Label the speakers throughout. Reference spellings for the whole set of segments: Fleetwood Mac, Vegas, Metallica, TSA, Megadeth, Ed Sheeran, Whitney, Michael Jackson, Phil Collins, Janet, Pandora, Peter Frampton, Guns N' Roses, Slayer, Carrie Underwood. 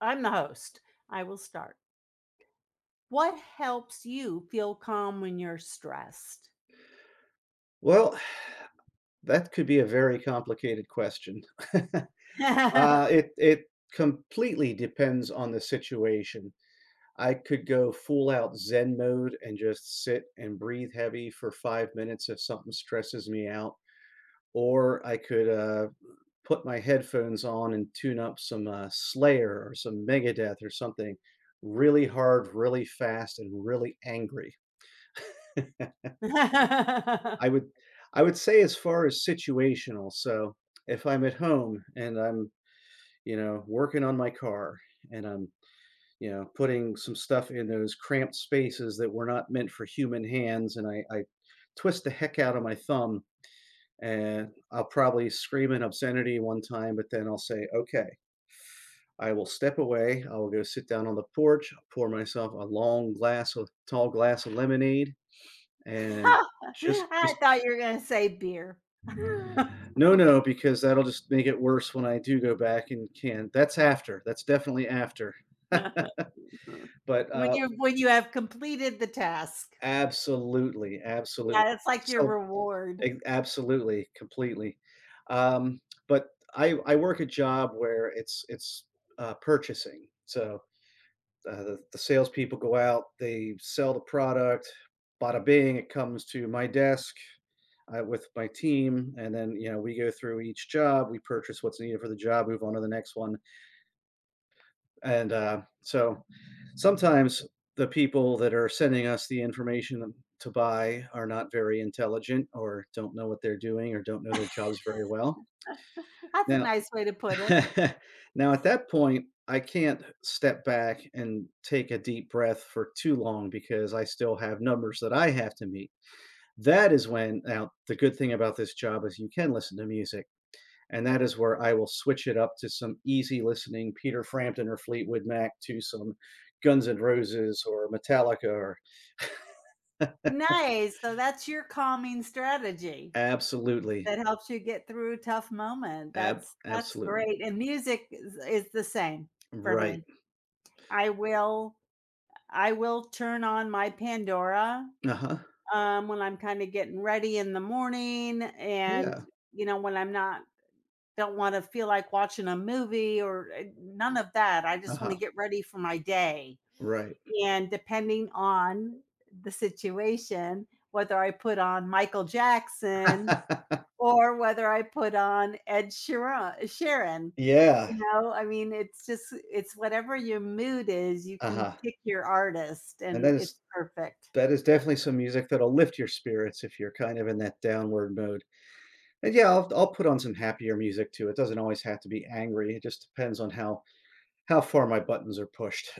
Speaker 1: I'm the host. I will start. What helps you feel calm when you're stressed?
Speaker 2: Well, that could be a very complicated question.
Speaker 1: I
Speaker 2: It completely depends on the situation. I could go full out Zen mode and just sit and breathe heavy for 5 minutes if something stresses me out, or I could, put my headphones on and tune up some, Slayer or some Megadeth or something really hard, really fast, and really angry. I would I would say, as far as situational, so if I'm at home and I'm, you know, working on my car and I'm, you know, putting some stuff in those cramped spaces that were not meant for human hands and I twist the heck out of my thumb and I'll probably scream an obscenity one time, but then I'll say, okay, I will step away. I will go sit down on the porch, pour myself a long glass of tall glass of lemonade and just.
Speaker 1: thought you were going to say beer.
Speaker 2: No, no, because that'll just make it worse when I do go back and can. That's after. That's definitely after.
Speaker 1: When
Speaker 2: But, uh,
Speaker 1: you when you have completed the task.
Speaker 2: Absolutely, absolutely.
Speaker 1: Yeah, it's like your
Speaker 2: So
Speaker 1: reward.
Speaker 2: e absolutely, completely. Um, but I work a job where it's purchasing. So, the salespeople go out, they sell the product, bada bing, it comes to my desk, with my team, and then, you know, we go through each job, we purchase what's needed for the job, move on to the next one. And so sometimes the people that are sending us the information to buy are not very intelligent or don't know what they're doing or don't know their jobs very well.
Speaker 1: That's a
Speaker 2: Now,
Speaker 1: nice way to put it.
Speaker 2: now at that point, I can't step back and take a deep breath for too long because I still have numbers that I have to meet. That is when, now, the good thing about this job is you can listen to music, and that is where I will switch it up to some easy listening Peter Frampton or Fleetwood Mac to some Guns N' Roses or Metallica or
Speaker 1: Nice. So that's your calming strategy
Speaker 2: absolutely,
Speaker 1: that helps you get through a tough moment. That's
Speaker 2: absolutely,
Speaker 1: great. And music is the same for
Speaker 2: right,
Speaker 1: me. I will I will turn on my Pandora,
Speaker 2: uh huh,
Speaker 1: um, when I'm kinda getting ready in the morning and,
Speaker 2: yeah,
Speaker 1: you know, when I'm not don't wanna feel like watching a movie or, eh, none of that. I
Speaker 2: uh
Speaker 1: just
Speaker 2: huh,
Speaker 1: wanna get ready for my day.
Speaker 2: right,
Speaker 1: And depending on the situation, whether I put on Michael Jackson or whether I put on Ed Sheeran,
Speaker 2: yeah,
Speaker 1: you know? I mean, it's just it's whatever your mood is, you
Speaker 2: uh
Speaker 1: can
Speaker 2: huh,
Speaker 1: pick your artist,
Speaker 2: and
Speaker 1: and
Speaker 2: that is
Speaker 1: it's perfect.
Speaker 2: that is definitely some music that'll lift your spirits if you're kind of in that downward mode. And yeah, I'll put on some happier music too. It doesn't always have to be angry. It just depends on how far my buttons are pushed.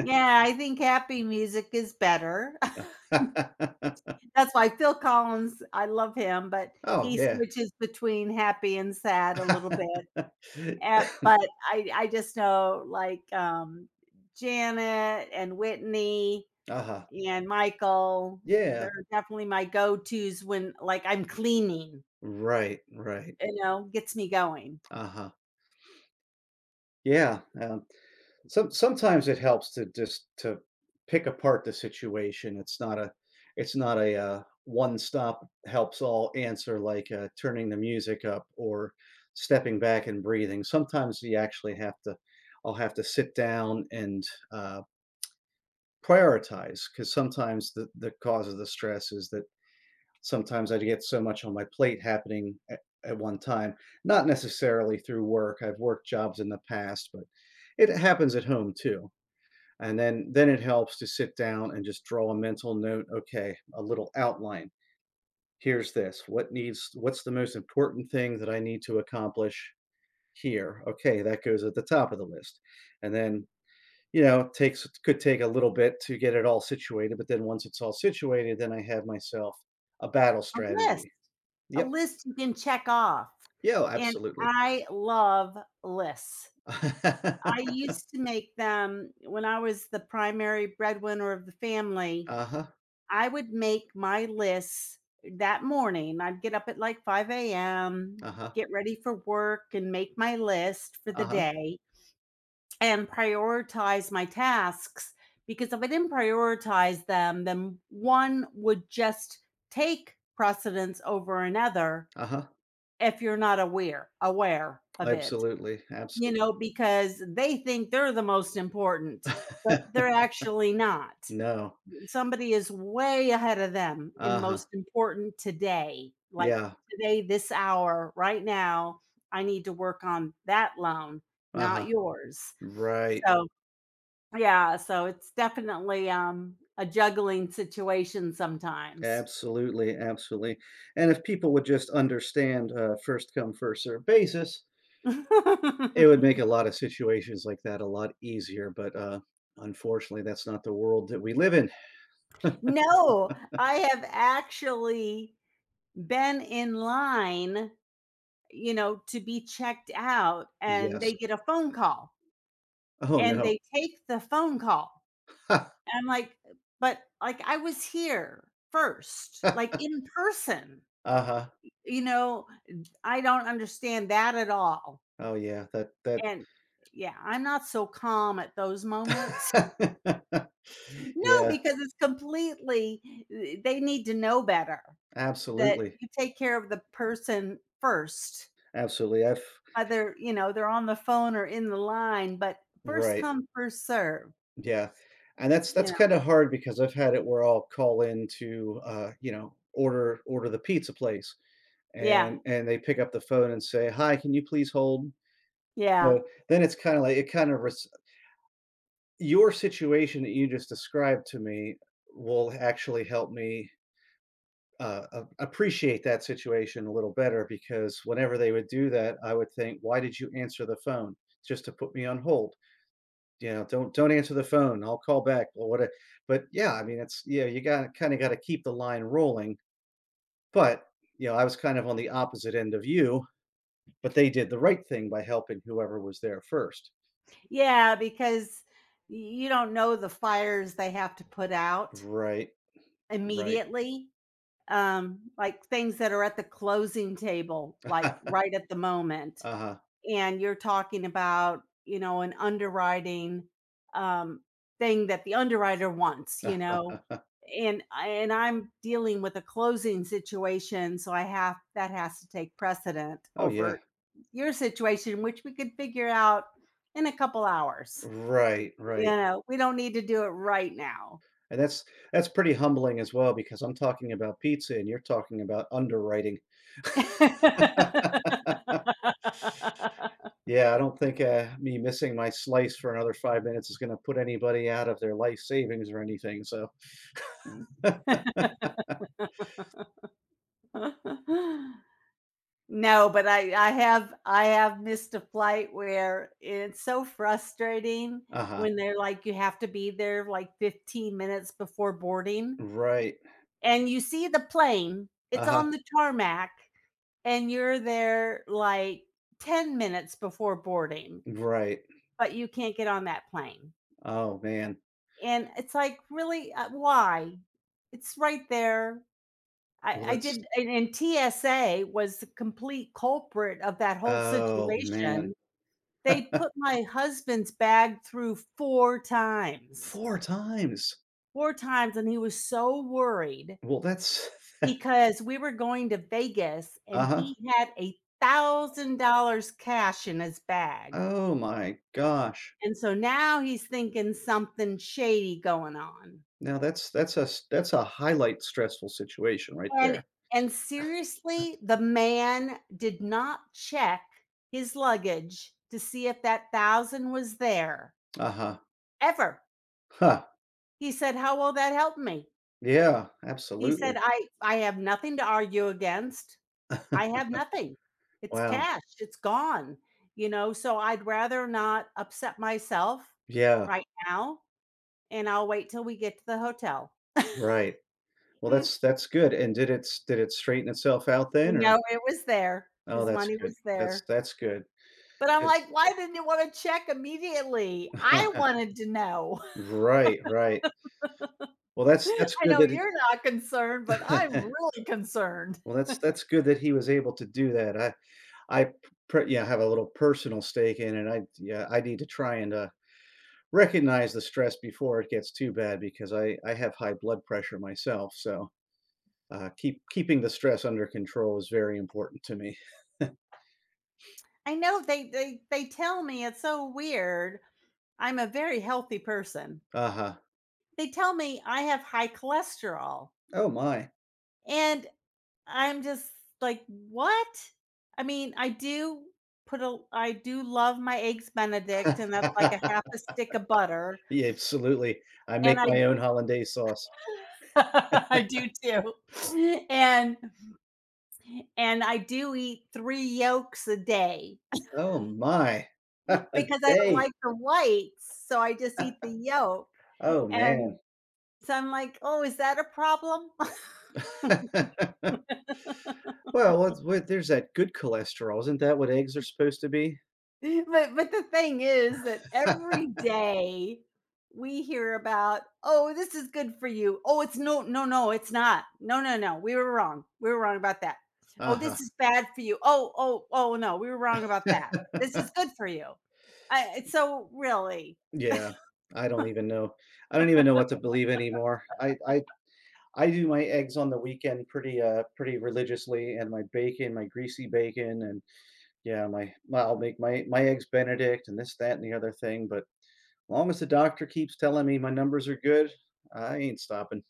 Speaker 1: Yeah, I think happy music is better. That's why Phil Collins, I love him, but
Speaker 2: Oh,
Speaker 1: he
Speaker 2: yeah.
Speaker 1: switches between happy and sad a little bit, eh, but I just know, like, Janet and Whitney,
Speaker 2: Uh-huh.
Speaker 1: and Michael, they're
Speaker 2: Yeah.
Speaker 1: definitely my go-tos when, like, I'm cleaning,
Speaker 2: Right, right.
Speaker 1: you know, gets me going.
Speaker 2: Uh-huh. Yeah, sometimes it helps to just to pick apart the situation. It's not a, one stop helps all answer, like, turning the music up or stepping back and breathing. Sometimes you actually have to I'll have to sit down and, uh, prioritize, because sometimes the cause of the stress is that sometimes I get so much on my plate happening at one time. Not necessarily through work. I've worked jobs in the past, but it happens at home too. And then it helps to sit down and just draw a mental note, okay, a little outline. Here's this. What's the most important thing that I need to accomplish here? Okay, that goes at the top of the list. And then, you know, it takes could take a little bit to get it all situated, but then once it's all situated, then I have myself a battle
Speaker 1: A list,
Speaker 2: strategy.
Speaker 1: a
Speaker 2: Yep.
Speaker 1: list you can check off,
Speaker 2: Yeah, oh,
Speaker 1: and
Speaker 2: absolutely.
Speaker 1: I love lists. I used to make them when I was the primary breadwinner of the family.
Speaker 2: Uh-huh,
Speaker 1: I would make my lists that morning. I'd get up at, like, 5 AM,
Speaker 2: uh-huh,
Speaker 1: get ready for work, and make my list for the
Speaker 2: uh-huh,
Speaker 1: day, and prioritize my tasks, because if I didn't prioritize them, then one would just take precedence over another
Speaker 2: uh-huh.
Speaker 1: if you're not aware of it.
Speaker 2: Absolutely,
Speaker 1: You
Speaker 2: absolutely.
Speaker 1: know, because they think they're the most important, but they're actually not.
Speaker 2: No.
Speaker 1: Somebody is way ahead of them in
Speaker 2: Uh-huh.
Speaker 1: most important today. Like
Speaker 2: Yeah.
Speaker 1: today, this hour, right now, I need to work on that loan, not
Speaker 2: Uh-huh.
Speaker 1: yours.
Speaker 2: Right.
Speaker 1: So yeah, so it's definitely, a juggling situation sometimes.
Speaker 2: Absolutely, absolutely. And if people would just understand, first come, first serve basis, it would make a lot of situations like that a lot easier, but, unfortunately, that's not the world that we live in.
Speaker 1: No, I have actually been in line, you know, to be checked out, and
Speaker 2: Yes.
Speaker 1: they get a phone call,
Speaker 2: Oh,
Speaker 1: and
Speaker 2: no.
Speaker 1: they take the phone call. And I'm like, "But, like, I was here first, like, in person."
Speaker 2: Uh-huh.
Speaker 1: You know, I don't understand that at all,
Speaker 2: Oh, yeah. That that
Speaker 1: and yeah, I'm not so calm at those moments. No,
Speaker 2: Yeah,
Speaker 1: because it's completely eh, they need to know better that
Speaker 2: absolutely.
Speaker 1: you take care of the person first.
Speaker 2: Absolutely, I've
Speaker 1: Either, you know, they're on the phone or in the line, but first
Speaker 2: right,
Speaker 1: come, first serve,
Speaker 2: yeah, and that's
Speaker 1: you
Speaker 2: that's
Speaker 1: know?
Speaker 2: kinda hard because I've had it where I'll call in to, you know, order the pizza place,
Speaker 1: Yeah,
Speaker 2: and they pick up the phone and say, "Hi, can you please hold?"
Speaker 1: yeah,
Speaker 2: So then it's kinda like it kind of res your situation that you just described to me will actually help me, a appreciate that situation a little better, because whenever they would do that, I would think, "Why did you answer the phone? Just to put me on hold." You know, Don't answer the phone. I'll call back," or what. But, yeah, I mean, it's, yeah, you got kinda gotta keep the line rolling, but, you know, I was kind of on the opposite end of you, but they did the right thing by helping whoever was there first.
Speaker 1: yeah, because y you don't know the fires they have to put out
Speaker 2: Right, right.
Speaker 1: immediately, like, things that are at the closing table, like, right at the moment,
Speaker 2: Uh-huh.
Speaker 1: and you're talking about, you know, an underwriting, um, thing that the underwriter wants,
Speaker 2: Uh,
Speaker 1: you know, and I'm dealing with a closing situation, so I have that has to take precedent
Speaker 2: oh, yeah.
Speaker 1: over your situation, which we could figure out in a couple hours.
Speaker 2: Right,
Speaker 1: You
Speaker 2: right,
Speaker 1: know, we don't need to do it right now.
Speaker 2: and that's pretty humbling as well because I'm talking about pizza and you're talking about underwriting. Yeah, I don't think, me missing my slice for another 5 minutes is gonna put anybody out of their life savings or anything, so.
Speaker 1: No, but I have I have missed a flight where it's so frustrating
Speaker 2: Uh-huh.
Speaker 1: when they're like, you have to be there like 15 minutes before boarding,
Speaker 2: Right.
Speaker 1: and you see the plane, it's
Speaker 2: Uh-huh.
Speaker 1: on the tarmac, and you're there like 10 minutes before boarding,
Speaker 2: Right.
Speaker 1: but you can't get on that plane.
Speaker 2: Oh, man.
Speaker 1: And it's like, really, why? It's right there. I,
Speaker 2: Well,
Speaker 1: I
Speaker 2: that's
Speaker 1: did, and TSA was the complete culprit of that whole
Speaker 2: Oh, man.
Speaker 1: situation. They put my husband's bag through 4 times,
Speaker 2: 4 times.
Speaker 1: 4 times, and he was so worried
Speaker 2: Well, that's
Speaker 1: because we were going to Vegas, and
Speaker 2: Uh-huh.
Speaker 1: he had $1,000 cash in his bag,
Speaker 2: Oh my gosh.
Speaker 1: and so now he's thinking something shady going on,
Speaker 2: Now that's a s that's a highlight stressful situation right
Speaker 1: and
Speaker 2: there.
Speaker 1: and seriously, the man did not check his luggage to see if that 1,000 was there,
Speaker 2: Uh-huh.
Speaker 1: ever.
Speaker 2: Huh.
Speaker 1: He said, "How will that help me?"
Speaker 2: Yeah,
Speaker 1: He
Speaker 2: absolutely.
Speaker 1: said, "I have nothing to argue against. I have nothing. It's
Speaker 2: Wow.
Speaker 1: cash, it's gone, you know, so I'd rather not upset myself
Speaker 2: Yeah,
Speaker 1: right now, and I'll wait till we get to the hotel."
Speaker 2: right. Well,
Speaker 1: Mm.
Speaker 2: that's good, and did it s did it straighten itself out then,
Speaker 1: You
Speaker 2: or.
Speaker 1: know, it was there.
Speaker 2: Oh,
Speaker 1: His
Speaker 2: that's
Speaker 1: money
Speaker 2: good.
Speaker 1: was there.
Speaker 2: That's good.
Speaker 1: But I'm
Speaker 2: 'Cause
Speaker 1: like, "Why didn't you wanna check immediately? I wanted to know."
Speaker 2: right, right. Well, that's
Speaker 1: I
Speaker 2: good
Speaker 1: know
Speaker 2: that
Speaker 1: you're not concerned, but I'm
Speaker 2: it
Speaker 1: really concerned.
Speaker 2: well, that's good that he was able to do that. I, per Yeah, have a little personal stake in it. I, yeah, I need to try and, recognize the stress before it gets too bad because I have high blood pressure myself, so, keeping the stress under control is very important to me.
Speaker 1: I know they tell me it's so weird. I'm a very healthy person.
Speaker 2: Uh-huh.
Speaker 1: They tell me I have high cholesterol.
Speaker 2: Oh my.
Speaker 1: And I'm just like, what? I mean, I do put a I do love my eggs benedict and that's like a half a stick of butter
Speaker 2: Yeah, absolutely. I make
Speaker 1: and I
Speaker 2: my own hollandaise sauce.
Speaker 1: I do too. And and I do eat 3 yolks a day
Speaker 2: Oh my. A
Speaker 1: because I don't
Speaker 2: day.
Speaker 1: like the whites, so I just eat the yolk.
Speaker 2: Oh,
Speaker 1: And
Speaker 2: man.
Speaker 1: so I'm like, "Oh, is that a problem?"
Speaker 2: Well, what, there's that good cholesterol. Isn't that what eggs are supposed to be?
Speaker 1: But the thing is that every day we hear about, "Oh, this is good for you. Oh, it's no no, no, it's not. No, no, no, we were wrong. We were wrong about that. Oh,
Speaker 2: Uh-huh.
Speaker 1: this is bad for you. Oh, oh, oh, no, we were wrong about that. This is good for you." I it's so really.
Speaker 2: Yeah. I don't even know. I don't even know what to believe anymore. I do my eggs on the weekend pretty, pretty religiously, and my bacon, my greasy bacon, and, yeah, my I'll make my eggs Benedict and this, that, and the other thing, but long as the doctor keeps telling me my numbers are good, I ain't stopping.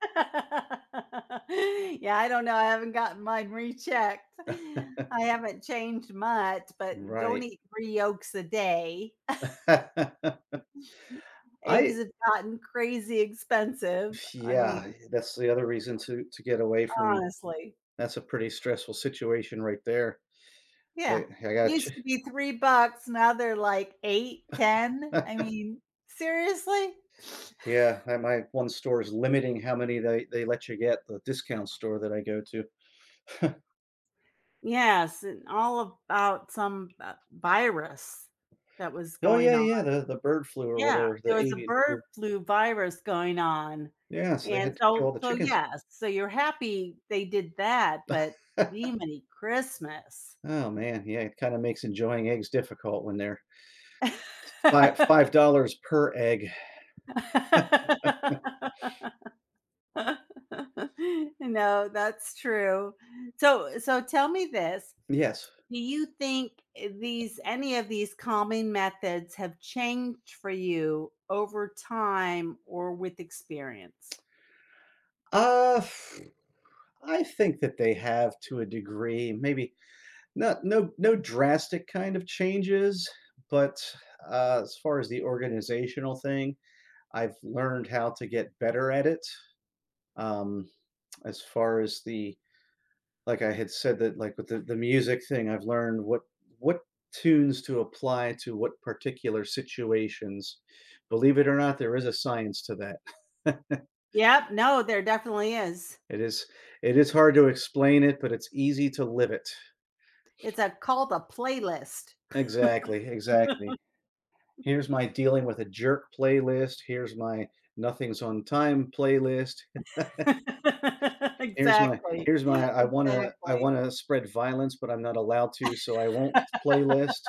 Speaker 1: Yeah, I don't know. I haven't gotten mine rechecked. I haven't changed much, but don't
Speaker 2: Right.
Speaker 1: eat 3 yolks a day.
Speaker 2: I
Speaker 1: Eggs have gotten crazy expensive. I
Speaker 2: yeah,
Speaker 1: mean,
Speaker 2: that's the other reason to get away from.
Speaker 1: honestly.
Speaker 2: That's a pretty stressful situation right there. I
Speaker 1: Yeah.
Speaker 2: I got you.
Speaker 1: Used to be 3 bucks, now they're like 8, 10. I mean, seriously?
Speaker 2: Yeah, that my one store is limiting how many they let you get, the discount store that I go to.
Speaker 1: Yes, and all about some virus that was
Speaker 2: Oh,
Speaker 1: going
Speaker 2: yeah,
Speaker 1: on.
Speaker 2: yeah, the bird flu or
Speaker 1: Yeah,
Speaker 2: whatever, the
Speaker 1: there was a
Speaker 2: avian
Speaker 1: bird
Speaker 2: flu.
Speaker 1: flu virus going on.
Speaker 2: Yeah, so they
Speaker 1: And
Speaker 2: had to kill
Speaker 1: so
Speaker 2: all the
Speaker 1: so,
Speaker 2: chickens.
Speaker 1: yes, so you're happy they did that, but gee many Christmas.
Speaker 2: Oh, man, yeah, it kinda makes enjoying eggs difficult when they're five $5 per egg.
Speaker 1: No, that's true. So tell me this,
Speaker 2: Yes.
Speaker 1: do you think eh, these any of these calming methods have changed for you over time or with experience?
Speaker 2: Uh, f- I think that they have to a degree, maybe. Not No no drastic kind of changes, but, as far as the organizational thing, I've learned how to get better at it. Um, as far as the, like, I had said that, like, with the music thing, I've learned what tunes to apply to what particular situations. Believe it or not, there is a science to that.
Speaker 1: Yep, no, there definitely is.
Speaker 2: It is it is hard to explain it, but it's easy to live it.
Speaker 1: It's a called a playlist.
Speaker 2: Exactly, exactly. Here's my dealing with a jerk playlist. Here's my nothing's on time playlist. Here's my
Speaker 1: Exactly,
Speaker 2: Here's my I
Speaker 1: exactly.
Speaker 2: wanna spread violence, but I'm not allowed to, so I won't playlist.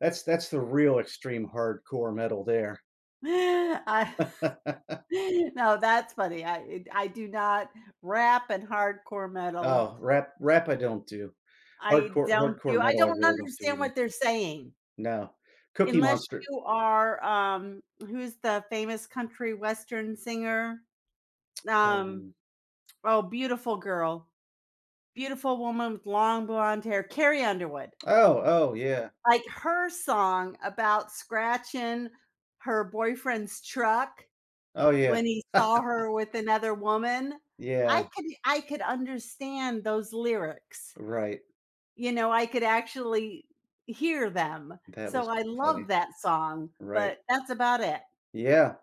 Speaker 2: That's the real extreme hardcore metal there.
Speaker 1: I no, that's funny. I do not rap and hardcore metal
Speaker 2: Oh, rap I don't do.
Speaker 1: I don't do
Speaker 2: Hardcore
Speaker 1: I
Speaker 2: metal I
Speaker 1: don't
Speaker 2: really don't do
Speaker 1: understand
Speaker 2: either.
Speaker 1: what they're saying,
Speaker 2: No. Cookie
Speaker 1: unless
Speaker 2: Monster.
Speaker 1: you are, who's the famous country western singer? Um,
Speaker 2: um,
Speaker 1: oh, beautiful girl, beautiful woman with long blonde hair, Carrie Underwood.
Speaker 2: oh, oh, yeah.
Speaker 1: Like, her song about scratching her boyfriend's truck
Speaker 2: Oh, yeah.
Speaker 1: when he saw her with another woman,
Speaker 2: Yeah,
Speaker 1: I could understand those lyrics.
Speaker 2: right.
Speaker 1: You know, I could actually hear them.
Speaker 2: That
Speaker 1: So
Speaker 2: was
Speaker 1: I
Speaker 2: funny.
Speaker 1: love that song,
Speaker 2: Right.
Speaker 1: but that's about it.
Speaker 2: Yeah.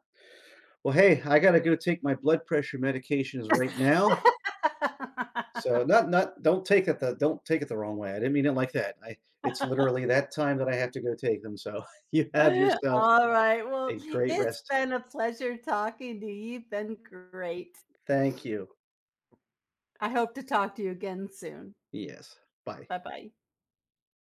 Speaker 2: Well, hey, I gotta go take my blood pressure medications right now. So not not don't take it the wrong way. I didn't mean it like that. I, it's literally that time that I have to go take them. So you have yourself
Speaker 1: All right. Well,
Speaker 2: a great
Speaker 1: it's
Speaker 2: rest.
Speaker 1: been a pleasure talking to you. You've been great.
Speaker 2: Thank you.
Speaker 1: I hope to talk to you again soon.
Speaker 2: Yes. Bye.
Speaker 1: Bye-bye.